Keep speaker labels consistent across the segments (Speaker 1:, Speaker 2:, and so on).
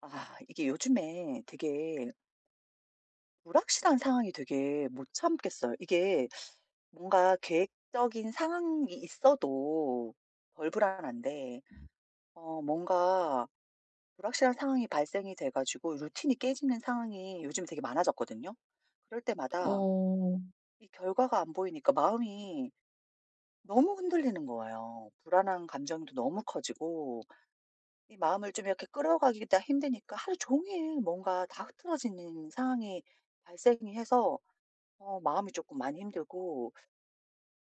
Speaker 1: 아 이게 요즘에 되게 불확실한 상황이 되게 못 참겠어요. 이게 뭔가 계획적인 상황이 있어도 덜 불안한데 뭔가 불확실한 상황이 발생이 돼 가지고 루틴이 깨지는 상황이 요즘 되게 많아졌거든요. 그럴 때마다
Speaker 2: 어.
Speaker 1: 이 결과가 안 보이니까 마음이 너무 흔들리는 거예요. 불안한 감정도 너무 커지고 이 마음을 좀 이렇게 끌어가기가 힘드니까 하루 종일 뭔가 다 흐트러지는 상황이 발생이 해서 마음이 조금 많이 힘들고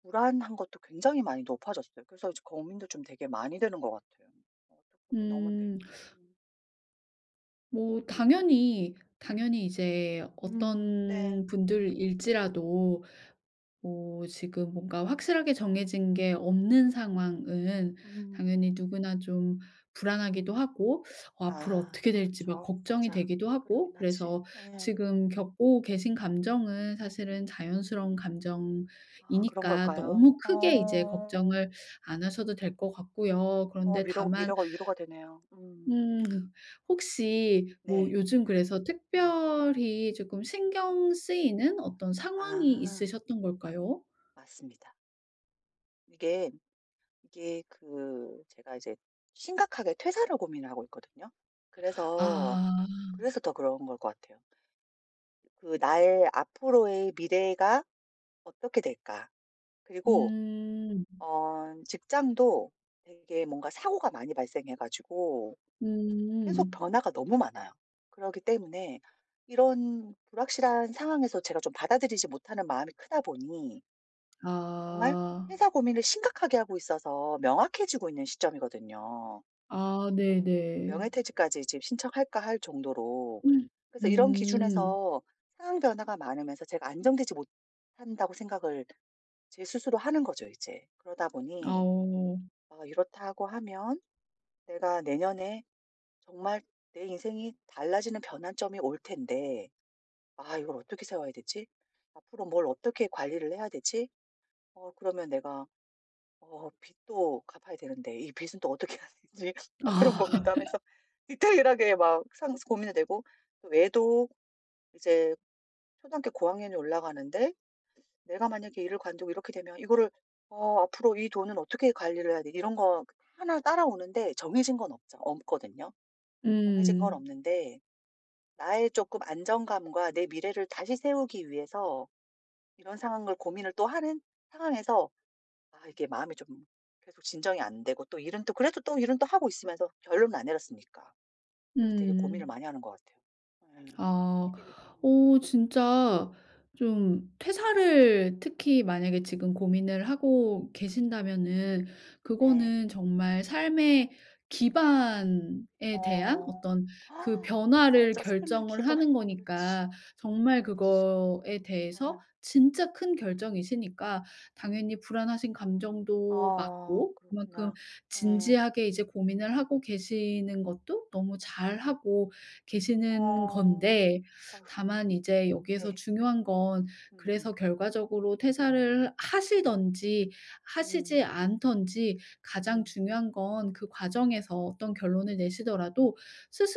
Speaker 1: 불안한 것도 굉장히 많이 높아졌어요. 그래서 이제 고민도 좀 되게 많이 되는 것 같아요. 어 또 고민 너무 돼.
Speaker 2: 음.
Speaker 1: 음.
Speaker 2: 뭐 당연히 이제
Speaker 1: 음. 네.
Speaker 2: 어떤 분들일지라도 뭐 지금 뭔가 확실하게 정해진 게 없는 상황은
Speaker 1: 음.
Speaker 2: 당연히 누구나 좀 불안하기도 하고 앞으로
Speaker 1: 아
Speaker 2: 어떻게 될지 막
Speaker 1: 그렇죠.
Speaker 2: 걱정이
Speaker 1: 맞아.
Speaker 2: 되기도 하고
Speaker 1: 그러긴 하지.
Speaker 2: 그래서
Speaker 1: 예.
Speaker 2: 지금 겪고 계신 감정은 사실은 자연스러운
Speaker 1: 아 그런
Speaker 2: 감정이니까 너무
Speaker 1: 걸까요?
Speaker 2: 크게 이제
Speaker 1: 어.
Speaker 2: 걱정을 안 하셔도 될 것 같고요.
Speaker 1: 어
Speaker 2: 그런데 다만
Speaker 1: 위로가 되네요. 음.
Speaker 2: 음. 혹시 뭐
Speaker 1: 네.
Speaker 2: 요즘 그래서
Speaker 1: 음.
Speaker 2: 특별히 조금 신경 쓰이는 어떤 상황이
Speaker 1: 아
Speaker 2: 있으셨던 걸까요?
Speaker 1: 맞습니다. 이게 이게 그 제가 이제 심각하게 퇴사를 고민을 하고 있거든요. 그래서
Speaker 2: 아.
Speaker 1: 그래서 더 그런 걸 것 같아요. 그 나의 앞으로의 미래가 어떻게 될까? 그리고
Speaker 2: 음.
Speaker 1: 직장도 되게 뭔가 사고가 많이 발생해 가지고 계속
Speaker 2: 음.
Speaker 1: 변화가 너무 많아요. 그러기 때문에 이런 불확실한 상황에서 제가 좀 받아들이지 못하는 마음이 크다 보니 정말
Speaker 2: 아.
Speaker 1: 퇴사 고민을 심각하게 하고 있어서 명확해지고 있는 시점이거든요.
Speaker 2: 아 네네.
Speaker 1: 명예퇴직까지 지금 신청할까 할 정도로.
Speaker 2: 음.
Speaker 1: 그래서 이런
Speaker 2: 음.
Speaker 1: 기준에서 상황 변화가 많으면서 제가 안정되지 못한다고 생각을 제 스스로 하는 거죠, 이제. 그러다
Speaker 2: 아
Speaker 1: 보니
Speaker 2: 어.
Speaker 1: 아 이렇다고 하면 내가 내년에 정말 내 인생이 달라지는 변환점이 올 텐데 '아 이걸 어떻게 세워야 되지? 앞으로 뭘 어떻게 관리를 해야 되지?' 어 그러면 내가 어 빚도 갚아야 되는데 이 빚은 또 어떻게 해야 되지? 막 그런
Speaker 2: 아.
Speaker 1: 고민도 하면서 디테일하게 막 상 고민이 되고 또 애도 이제 초등학교 고학년이 올라가는데 내가 만약에 일을 관두고 이렇게 되면 이거를 어 '앞으로 이 돈은 어떻게 관리를 해야 되지?' 이런 거 하나 따라오는데 정해진 건 없죠 없거든요. 정해진 건
Speaker 2: 음.
Speaker 1: 없는데 나의 조금 안정감과 내 미래를 다시 세우기 위해서 이런 상황을 고민을 또 하는 상황에서 아 이게 마음이 좀 계속 진정이 안 되고 또 일은 또 그래도 또 일은 또 하고 있으면서 결론은 안 내렸으니까. 그래서 되게 고민을
Speaker 2: 음.
Speaker 1: 많이 하는 것 같아요. 음
Speaker 2: 아.
Speaker 1: 되게 그,
Speaker 2: 어 진짜 좀 퇴사를 특히 만약에 지금 고민을 하고 계신다면은
Speaker 1: 네.
Speaker 2: 그거는 정말 삶의 기반에 대한
Speaker 1: 어.
Speaker 2: 어떤 그 변화를
Speaker 1: 맞아. 삶의
Speaker 2: 결정을
Speaker 1: 기반.
Speaker 2: 하는
Speaker 1: 그렇지,
Speaker 2: 거니까 정말
Speaker 1: 그렇지.
Speaker 2: 그거에 대해서
Speaker 1: 음,
Speaker 2: 진짜 큰 결정이시니까 당연히 불안하신 감정도
Speaker 1: 아
Speaker 2: 맞고 그만큼
Speaker 1: 그렇구나. 예.
Speaker 2: 진지하게 이제 고민을 하고 계시는 것도 너무 잘하고 계시는
Speaker 1: 어.
Speaker 2: 건데
Speaker 1: 아휴
Speaker 2: 다만 이제 여기에서
Speaker 1: 네.
Speaker 2: 중요한 건
Speaker 1: 음음. 음.
Speaker 2: 그래서 결과적으로 퇴사를 하시든지 하시지
Speaker 1: 음.
Speaker 2: 않든지 가장
Speaker 1: 음,
Speaker 2: 중요한 건 그 과정에서 어떤 결론을 내시더라도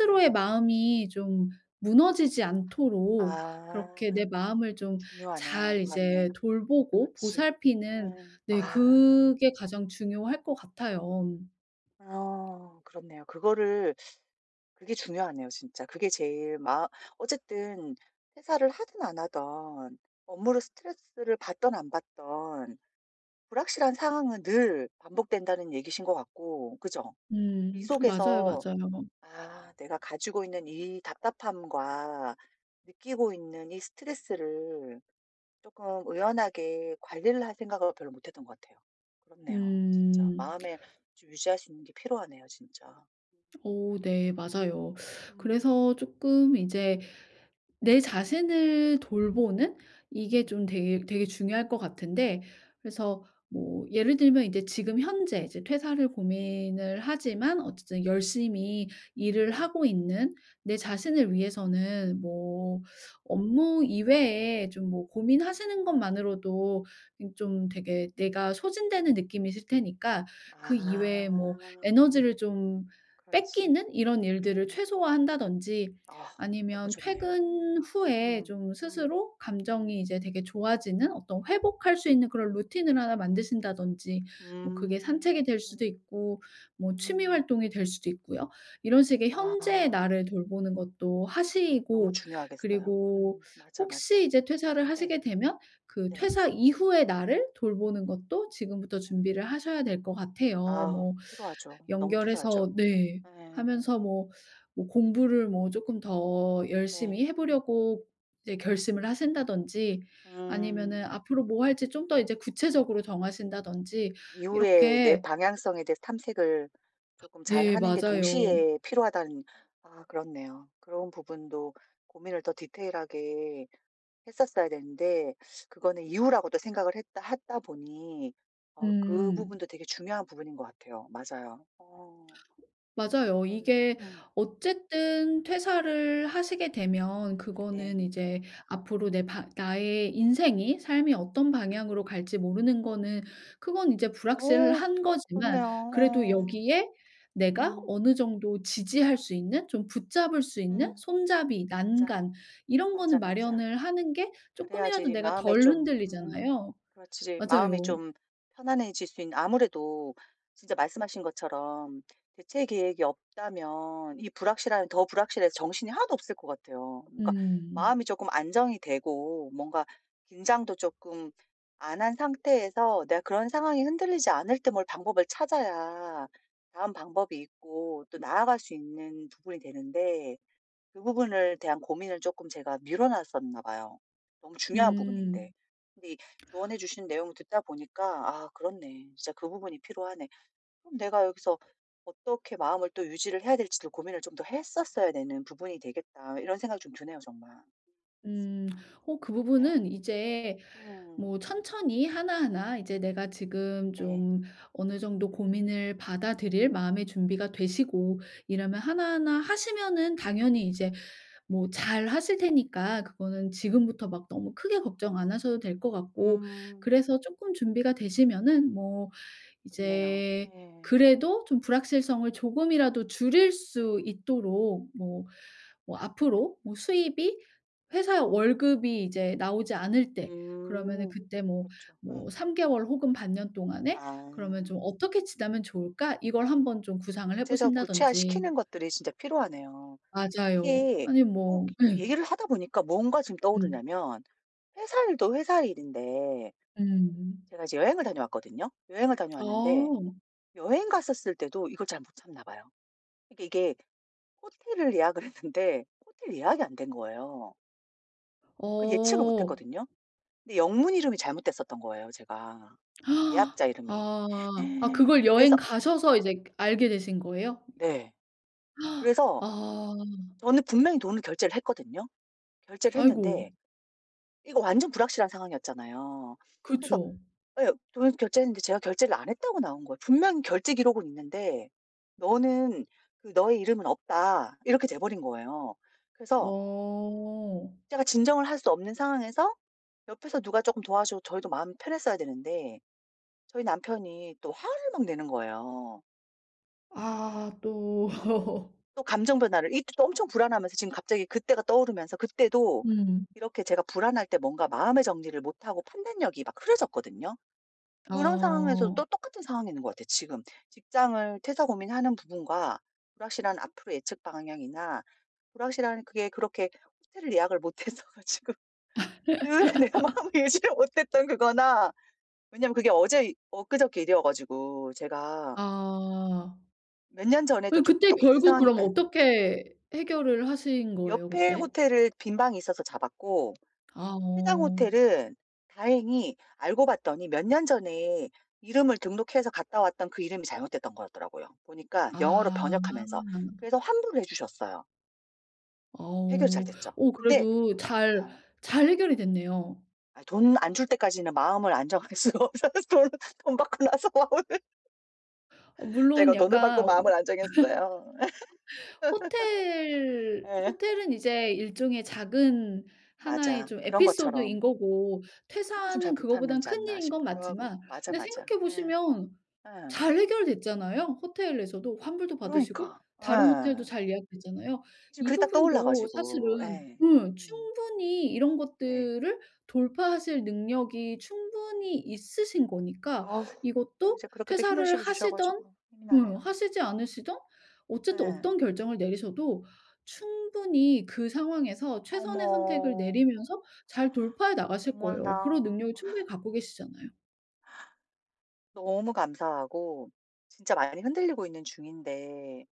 Speaker 1: 네.
Speaker 2: 마음이 좀 무너지지 않도록
Speaker 1: 아
Speaker 2: 그렇게 내 마음을 좀 잘
Speaker 1: 중요하네요. 맞네.
Speaker 2: 이제 돌보고
Speaker 1: 그렇지.
Speaker 2: 보살피는
Speaker 1: 음.
Speaker 2: 네
Speaker 1: 아.
Speaker 2: 그게 가장 중요할 것 같아요.
Speaker 1: 아 그렇네요. 그거를 그게 중요하네요 진짜. 그게 제일 마 어쨌든 퇴사를 하든 안 하든 업무로 스트레스를 받든 안 받든 불확실한 상황은 늘 반복된다는 얘기신 것 같고 그죠? 이
Speaker 2: 맞아요,
Speaker 1: 속에서
Speaker 2: 맞아요.
Speaker 1: '아 내가 가지고 있는 이 답답함과 느끼고 있는 이 스트레스를 조금 의연하게 관리를 할 생각을 별로 못 했던 것 같아요.' 그렇네요. 진짜
Speaker 2: 음.
Speaker 1: 마음에 좀 유지할 수 있는 게 필요하네요 진짜.
Speaker 2: 오, 네. 맞아요.
Speaker 1: 음.
Speaker 2: 그래서 조금 이제 내 자신을 돌보는 이게
Speaker 1: 음
Speaker 2: 좀 되게 되게 중요할 것 같은데 그래서 뭐 예를 들면 이제 지금 현재 이제 퇴사를 고민을 하지만 어쨌든 열심히 일을
Speaker 1: 네.
Speaker 2: 하고 있는 내 자신을 위해서는 뭐 업무 이외에 좀 뭐 고민하시는 것만으로도 좀 되게 내가 소진되는 느낌이 있을 테니까
Speaker 1: 아
Speaker 2: 그 이외에 뭐 에너지를 좀
Speaker 1: 그렇지.
Speaker 2: 뺏기는 이런 일들을
Speaker 1: 음.
Speaker 2: 최소화한다든지
Speaker 1: 아 너무
Speaker 2: 아니면
Speaker 1: 좋네요.
Speaker 2: 퇴근 후에
Speaker 1: 음.
Speaker 2: 좀
Speaker 1: 음.
Speaker 2: 스스로 감정이 이제 되게 좋아지는 어떤 회복할 수 있는 그런 루틴을 하나 만드신다든지 뭐 그게
Speaker 1: 음.
Speaker 2: 산책이 될 수도 있고 뭐 취미
Speaker 1: 음.
Speaker 2: 활동이 될 수도 있고요. 이런 식의 현재의
Speaker 1: 아
Speaker 2: 나를 돌보는 것도
Speaker 1: 너무
Speaker 2: 하시고
Speaker 1: 중요하겠어요.
Speaker 2: 그리고
Speaker 1: 맞아, 맞아.
Speaker 2: 혹시 이제 퇴사를
Speaker 1: 예.
Speaker 2: 하시게 되면 그
Speaker 1: 네.
Speaker 2: 퇴사 이후의 나를 돌보는 것도 지금부터
Speaker 1: 음.
Speaker 2: 준비를 하셔야 될 것 같아요.
Speaker 1: 아
Speaker 2: 뭐
Speaker 1: 필요하죠. 너무 필요하죠.
Speaker 2: 연결해서 네
Speaker 1: 예.
Speaker 2: 하면서 뭐 뭐 공부를 뭐 조금 더
Speaker 1: 네.
Speaker 2: 열심히 해 보려고 이제 결심을 하신다든지 아니면은
Speaker 1: 음.
Speaker 2: 앞으로 뭐 할지 좀 더 이제 구체적으로 정하신다든지
Speaker 1: 이후에 내
Speaker 2: 이렇게
Speaker 1: 방향성에 대해서 탐색을 조금
Speaker 2: 네
Speaker 1: 잘하는 게
Speaker 2: 맞아요.
Speaker 1: 동시에 필요하다는 아 그렇네요. 그런 부분도 고민을 더 디테일하게 했었어야 되는데 그거는 이유라고도 생각을 했다 하다 보니 어 그
Speaker 2: 음.
Speaker 1: 부분도 되게 중요한 부분인 것 같아요. 맞아요. 어
Speaker 2: 맞아요.
Speaker 1: 그렇네요.
Speaker 2: 이게 어쨌든 퇴사를 하시게 되면 그거는
Speaker 1: 네.
Speaker 2: 이제 앞으로 내 바 나의 인생이 삶이 어떤 방향으로 갈지 모르는 거는 그건 이제
Speaker 1: 어
Speaker 2: 불확실한 거지만
Speaker 1: 그렇네요.
Speaker 2: 그래도
Speaker 1: 어
Speaker 2: 여기에 내가
Speaker 1: 음.
Speaker 2: 어느 정도 지지할 수 있는 좀 붙잡을 수 있는
Speaker 1: 음
Speaker 2: 손잡이,
Speaker 1: 맞아.
Speaker 2: 난간 이런
Speaker 1: 맞아,
Speaker 2: 거는
Speaker 1: 맞아.
Speaker 2: 마련을 하는 게 조금이라도
Speaker 1: 그래야지
Speaker 2: 내가
Speaker 1: 마음에
Speaker 2: 덜
Speaker 1: 좀
Speaker 2: 흔들리잖아요.
Speaker 1: 그렇지. 마음이
Speaker 2: 맞아요.
Speaker 1: 좀 편안해질 수 있는 아무래도 진짜 말씀하신 것처럼 대체 계획이 없다면 이 불확실한 더 불확실해서 정신이 하나도 없을 것 같아요. 그러니까
Speaker 2: 음.
Speaker 1: 마음이 조금 안정이 되고 뭔가 긴장도 조금 안한 상태에서 내가 그런 상황이 흔들리지 않을 때 뭘 방법을 찾아야 다음 방법이 있고 또 나아갈 수 있는 부분이 되는데 그 부분을 대한 고민을 조금 제가 미뤄놨었나 봐요, 너무 중요한 부분인데.
Speaker 2: 음.
Speaker 1: 근데 이 조언해 주신 내용을 듣다 보니까 '아 그렇네. 진짜 그 부분이 필요하네.' 그럼 내가 여기서 어떻게 마음을 또 유지를 해야 될지도 고민을 좀 더 했었어야 되는 부분이 되겠다. 이런 생각이 좀 드네요 정말.
Speaker 2: 음.
Speaker 1: 맞습니다.
Speaker 2: 어 그
Speaker 1: 그렇네요.
Speaker 2: 부분은 이제
Speaker 1: 음
Speaker 2: 뭐 천천히 하나하나 이제 내가 지금
Speaker 1: 네.
Speaker 2: 좀 어느 정도 고민을 받아들일 마음의 준비가 되시고 이러면 하나하나 하시면은 당연히 이제 뭐 잘 하실 테니까 그거는 지금부터 막 너무 크게 걱정 안 하셔도 될 것 같고
Speaker 1: 음
Speaker 2: 그래서 조금 준비가 되시면은 뭐
Speaker 1: 좋네요.
Speaker 2: 이제
Speaker 1: 예.
Speaker 2: 그래도 좀 불확실성을 조금이라도 줄일 수 있도록 뭐 앞으로 뭐 수입이 회사 월급이 이제 나오지 않을 때 그러면은
Speaker 1: 음
Speaker 2: 그때 뭐
Speaker 1: 그렇죠. 응.
Speaker 2: 3개월 개월 혹은 반년 동안에 그러면
Speaker 1: 아
Speaker 2: 좀 '어떻게 지나면 좋을까?' 이걸 한번 좀 구상을 해
Speaker 1: 구체적
Speaker 2: 보신다든지.
Speaker 1: 구체화시키는 것들이 진짜 필요하네요.
Speaker 2: 맞아요.
Speaker 1: 이게
Speaker 2: 아니
Speaker 1: 꼭
Speaker 2: 뭐 예.
Speaker 1: 얘기를 하다 보니까 뭔가 지금
Speaker 2: 음.
Speaker 1: 떠오르냐면 회사 일인데
Speaker 2: 음.
Speaker 1: 제가 이제 여행을 다녀왔거든요. 여행을
Speaker 2: 아.
Speaker 1: 다녀왔는데 여행 갔었을 때도 이걸 잘 못 참나 봐요. 이게 호텔을 예약을 했는데 호텔 예약이 안 된 거예요. 그 예측을 못
Speaker 2: 어.
Speaker 1: 했거든요. 근데 영문 이름이 잘못됐었던 거예요, 제가. 예약자 이름이.
Speaker 2: 아. 아 그걸 여행
Speaker 1: 그래서
Speaker 2: 가셔서 이제 알게 되신 거예요?
Speaker 1: 네. 그래서
Speaker 2: 아.
Speaker 1: 저는 분명히 돈을 결제를 했거든요. 결제를
Speaker 2: 아이고.
Speaker 1: 했는데 이거 완전 불확실한 상황이었잖아요. 그래서
Speaker 2: 그쵸.
Speaker 1: 예. 돈 결제했는데 제가 결제를 안 했다고 나온 거예요. 분명히 결제 기록은 있는데 "너는 너의 이름은 없다." 이렇게 돼 버린 거예요. 그래서
Speaker 2: 어.
Speaker 1: 제가 진정을 할 수 없는 상황에서 옆에서 누가 쪼끔 도와줘 저희도 마음이 편했어야 되는데 저희 남편이 또 화를 막 내는 거예요.
Speaker 2: 아 또.
Speaker 1: 또 감정 변화를 이때 또 엄청 불안하면서 지금 갑자기 그때가 떠오르면서 그때도
Speaker 2: 음.
Speaker 1: 이렇게 제가 불안할 때 뭔가 마음의 정리를 못 하고 판단력이 막 흐려졌거든요. 그런 상황에서도
Speaker 2: 어.
Speaker 1: 또 똑같은 상황이 있는 것 같아 지금. 직장을 퇴사 고민하는 부분과 불확실한 앞으로 예측 방향이나 불확실한 그게 그렇게 호텔을 예약을 못해서 가지고 그 내가 마음 유지를 못했던 그거나 왜냐면 그게 어제 이 엊그저께 일이어 가지고 제가
Speaker 2: 아.
Speaker 1: 몇 년
Speaker 2: 예
Speaker 1: 전에도 좀
Speaker 2: 그때
Speaker 1: 똑같은
Speaker 2: 결국
Speaker 1: 상황이
Speaker 2: 그럼
Speaker 1: 예.
Speaker 2: 어떻게 해결을 하신 거예요
Speaker 1: 옆에
Speaker 2: 그때?
Speaker 1: 호텔을 빈 방이 있어서 잡았고
Speaker 2: 아
Speaker 1: 해당
Speaker 2: 어.
Speaker 1: 호텔은 다행히 알고 봤더니 몇 년 전에 이름을 등록해서 갔다 왔던 그 이름이 잘못됐던 거였더라고요. 보니까 영어로
Speaker 2: 아.
Speaker 1: 번역하면서. 그래서 환불을 해 주셨어요. 해결이 잘
Speaker 2: 어.
Speaker 1: 됐죠.
Speaker 2: 어
Speaker 1: 근데
Speaker 2: 그래도
Speaker 1: 아
Speaker 2: 잘 해결이 됐네요.
Speaker 1: 아 돈 안 줄 때까지는 마음을 안 정할 수가 없어서 돈 돈 받고 나서 마음을
Speaker 2: 어 물론
Speaker 1: 제가 돈을 받고
Speaker 2: 약간 어
Speaker 1: 마음을 안 정했어요. 예.
Speaker 2: 호텔은 이제 일종의 작은 하나의
Speaker 1: 맞아.
Speaker 2: 좀
Speaker 1: 그런
Speaker 2: 에피소드인
Speaker 1: 것처럼
Speaker 2: 거고
Speaker 1: 그것도 좀 잘
Speaker 2: 퇴사는 그거보단
Speaker 1: 못하는지 않나
Speaker 2: 큰일인 건
Speaker 1: 싶기도 하고.
Speaker 2: 맞지만
Speaker 1: 맞아,
Speaker 2: 근데
Speaker 1: 맞아.
Speaker 2: 생각해
Speaker 1: 예.
Speaker 2: 보시면
Speaker 1: 예.
Speaker 2: 잘 해결됐잖아요. 호텔에서도 환불도 받으시고
Speaker 1: 그러니까.
Speaker 2: 다른 호텔도
Speaker 1: 예.
Speaker 2: 잘 예약됐잖아요.
Speaker 1: 지금
Speaker 2: 이
Speaker 1: 그게 딱 떠올라
Speaker 2: 부분도
Speaker 1: 가지고
Speaker 2: 사실은
Speaker 1: 예. 음
Speaker 2: 충분히 이런
Speaker 1: 네.
Speaker 2: 것들을 돌파하실 능력이 충분히 있으신 거니까
Speaker 1: 어우 또
Speaker 2: 이것도
Speaker 1: 이제 그렇게 또 힘을
Speaker 2: 퇴사를
Speaker 1: 실어 주셔
Speaker 2: 하시든
Speaker 1: 가지고 힘이 나네요.
Speaker 2: 하시지 않으시든 어쨌든
Speaker 1: 예.
Speaker 2: 어떤 결정을 내리셔도 충분히 그 상황에서 최선의 선택을
Speaker 1: 어머.
Speaker 2: 내리면서 잘 돌파해 나가실
Speaker 1: 어머나.
Speaker 2: 거예요. 그런 능력을 충분히 갖고 계시잖아요.
Speaker 1: 너무 감사하고 진짜 많이 흔들리고 있는 중인데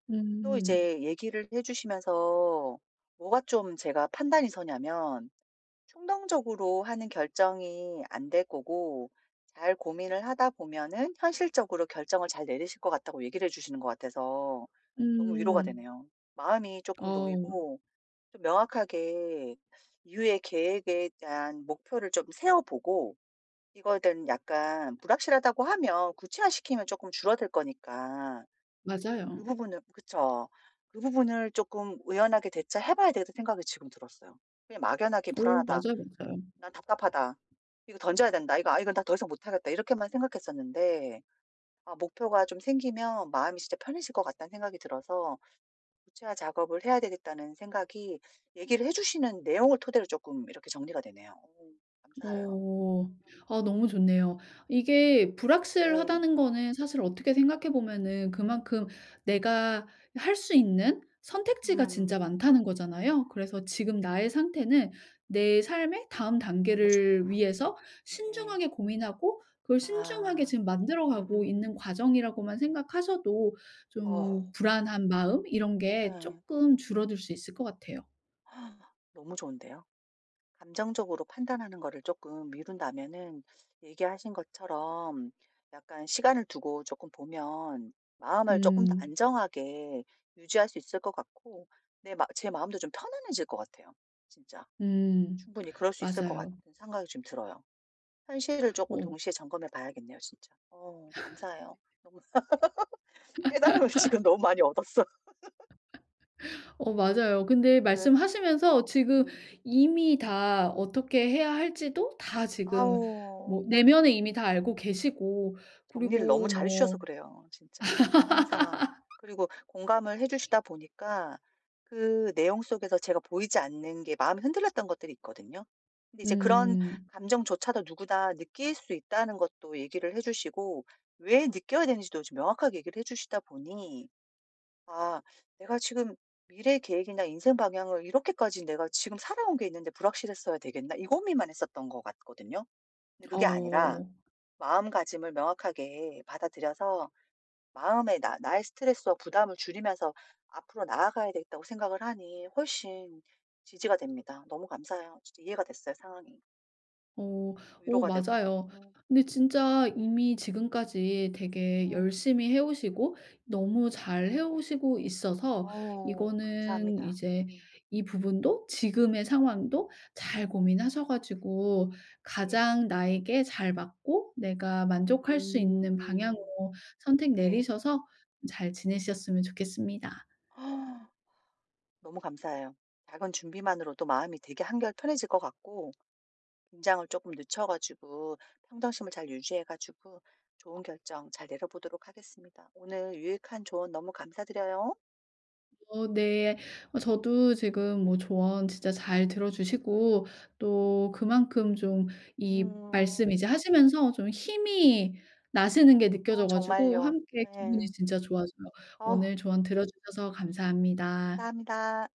Speaker 1: 또
Speaker 2: 음.
Speaker 1: 이제 얘기를 해 주시면서 뭐가 좀 제가 판단이 서냐면 충동적으로 하는 결정이 안 될 거고 잘 고민을 하다 보면은 현실적으로 결정을 잘 내리실 것 같다고 얘기를 해 주시는 것 같아서 너무 위로가
Speaker 2: 음.
Speaker 1: 되네요. 마음이 조금
Speaker 2: 어
Speaker 1: 놓이고 좀 명확하게 이후의 계획에 대한 목표를 좀 세워 보고 이거에 대한 약간 불확실하다고 하면 구체화시키면 조금 줄어들 거니까 그
Speaker 2: 맞아요.
Speaker 1: 부분을 그쵸. 그 부분을 조금 '의연하게 대처해 봐야 되겠다.' 생각이 지금 들었어요. 그냥 막연하게
Speaker 2: 오
Speaker 1: '불안하다.'
Speaker 2: 맞아요, 맞아요.
Speaker 1: '난 답답하다. 이거 던져야 된다. 이거 아 이건 나 더 이상 못하겠다.' 이렇게만 생각했었는데 아 목표가 좀 생기면 마음이 진짜 편해질 것 같다는 생각이 들어서 '구체화 작업을 해야 되겠다.'는 생각이 얘기를 해 주시는 내용을 토대로 조금 이렇게 정리가 되네요. 오, 감사해요.
Speaker 2: 어.
Speaker 1: 음
Speaker 2: 아 너무 좋네요. 이게
Speaker 1: 네.
Speaker 2: 불확실하다는 거는 사실 어떻게 생각해 보면은 그만큼 내가 할 수 있는 선택지가 진짜
Speaker 1: 음.
Speaker 2: 많다는 거잖아요. 그래서 지금 나의 상태는 내 삶의 다음
Speaker 1: 너무
Speaker 2: 단계를
Speaker 1: 좋다.
Speaker 2: 위해서
Speaker 1: 네.
Speaker 2: 신중하게 고민하고 그걸 신중하게
Speaker 1: 아.
Speaker 2: 지금 만들어 가고
Speaker 1: 음음.
Speaker 2: 있는 과정이라고만 생각하셔도
Speaker 1: 어
Speaker 2: 좀 불안한 마음 이런 게
Speaker 1: 네.
Speaker 2: 조금 줄어들 수 있을 것 같아요.
Speaker 1: 너무 좋은데요? 감정적으로 판단하는 거를 조금 미룬다면은 얘기하신 것처럼 약간 시간을 두고 조금 보면 마음을 조금 더
Speaker 2: 음.
Speaker 1: 안정하게 유지할 수 있을 것 같고 내 마 제 마음도 좀 편안해질 것 같아요. 진짜.
Speaker 2: 음.
Speaker 1: 충분히 그럴 수 있을 것 같은
Speaker 2: 맞아요.
Speaker 1: 생각이 좀 들어요. 현실을 조금
Speaker 2: 어.
Speaker 1: 동시에 점검해 봐야겠네요 진짜. 어 감사해요. 너무 깨달음을 지금 너무 많이 얻었어.
Speaker 2: 어 맞아요. 근데
Speaker 1: 예.
Speaker 2: 말씀하시면서 지금
Speaker 1: 음.
Speaker 2: 이미 다 어떻게 해야 할지도 다 지금
Speaker 1: 아우.
Speaker 2: 뭐 내면에 이미 다 알고 계시고
Speaker 1: 정리를
Speaker 2: 그리고
Speaker 1: 너무 잘해
Speaker 2: 뭐
Speaker 1: 주셔서 그래요 진짜. 상황. 그리고 공감을 해 주시다 보니까 그 내용 속에서 제가 보이지 않는 게 마음이 흔들렸던 것들이 있거든요. 근데 이제 그런
Speaker 2: 음
Speaker 1: 감정조차도 누구나 느낄 수 있다는 것도 얘기를 해 주시고 왜 느껴야 되는지도 좀 명확하게 얘기를 해 주시다 보니 '아 내가 지금 미래 계획이나 인생 방향을 이렇게까지 내가 지금 살아온 게 있는데 불확실했어야 되겠나?' 이 고민만 했었던 것 같거든요. 근데 그게 아니라
Speaker 2: 어
Speaker 1: 마음가짐을 명확하게 받아들여서 마음의 나 나의 스트레스와 부담을 줄이면서 앞으로 나아가야 되겠다고 생각을 하니 훨씬 지지가 됩니다. 너무 감사해요. 진짜 이해가 됐어요, 상황이.
Speaker 2: 어. 오
Speaker 1: 위로가 되고.
Speaker 2: 맞아요.
Speaker 1: 음.
Speaker 2: 근데 진짜 이미 지금까지 되게
Speaker 1: 음.
Speaker 2: 열심히 해 오시고 너무 잘 해 오시고 있어서
Speaker 1: 어우
Speaker 2: 이거는
Speaker 1: 감사합니다.
Speaker 2: 이제
Speaker 1: 음.
Speaker 2: 이 부분도 지금의 상황도 잘 고민하셔 가지고
Speaker 1: 예.
Speaker 2: 가장 나에게 잘 맞고 내가 만족할 수 있는
Speaker 1: 음.
Speaker 2: 방향으로 선택
Speaker 1: 네.
Speaker 2: 내리셔서 잘 지내셨으면 좋겠습니다.
Speaker 1: 너무 감사해요. 작은 준비만으로도 마음이 되게 한결 편해질 것 같고 긴장을 조금 늦춰 가지고 평정심을 잘 유지해 가지고 좋은 결정 잘 내려보도록 하겠습니다. 오늘 유익한 조언 너무 감사드려요.
Speaker 2: 어 네. 어 저도 지금 뭐 조언 진짜 잘 들어 주시고 또 그만큼 좀 이 말씀
Speaker 1: 음.
Speaker 2: 이제 하시면서 좀 힘이 나시는 게
Speaker 1: 어
Speaker 2: 느껴져 가지고
Speaker 1: 정말요.
Speaker 2: 함께 기분이
Speaker 1: 예.
Speaker 2: 진짜 좋아져요.
Speaker 1: 어
Speaker 2: 오늘 조언 들어 주셔서 감사합니다.
Speaker 1: 감사합니다.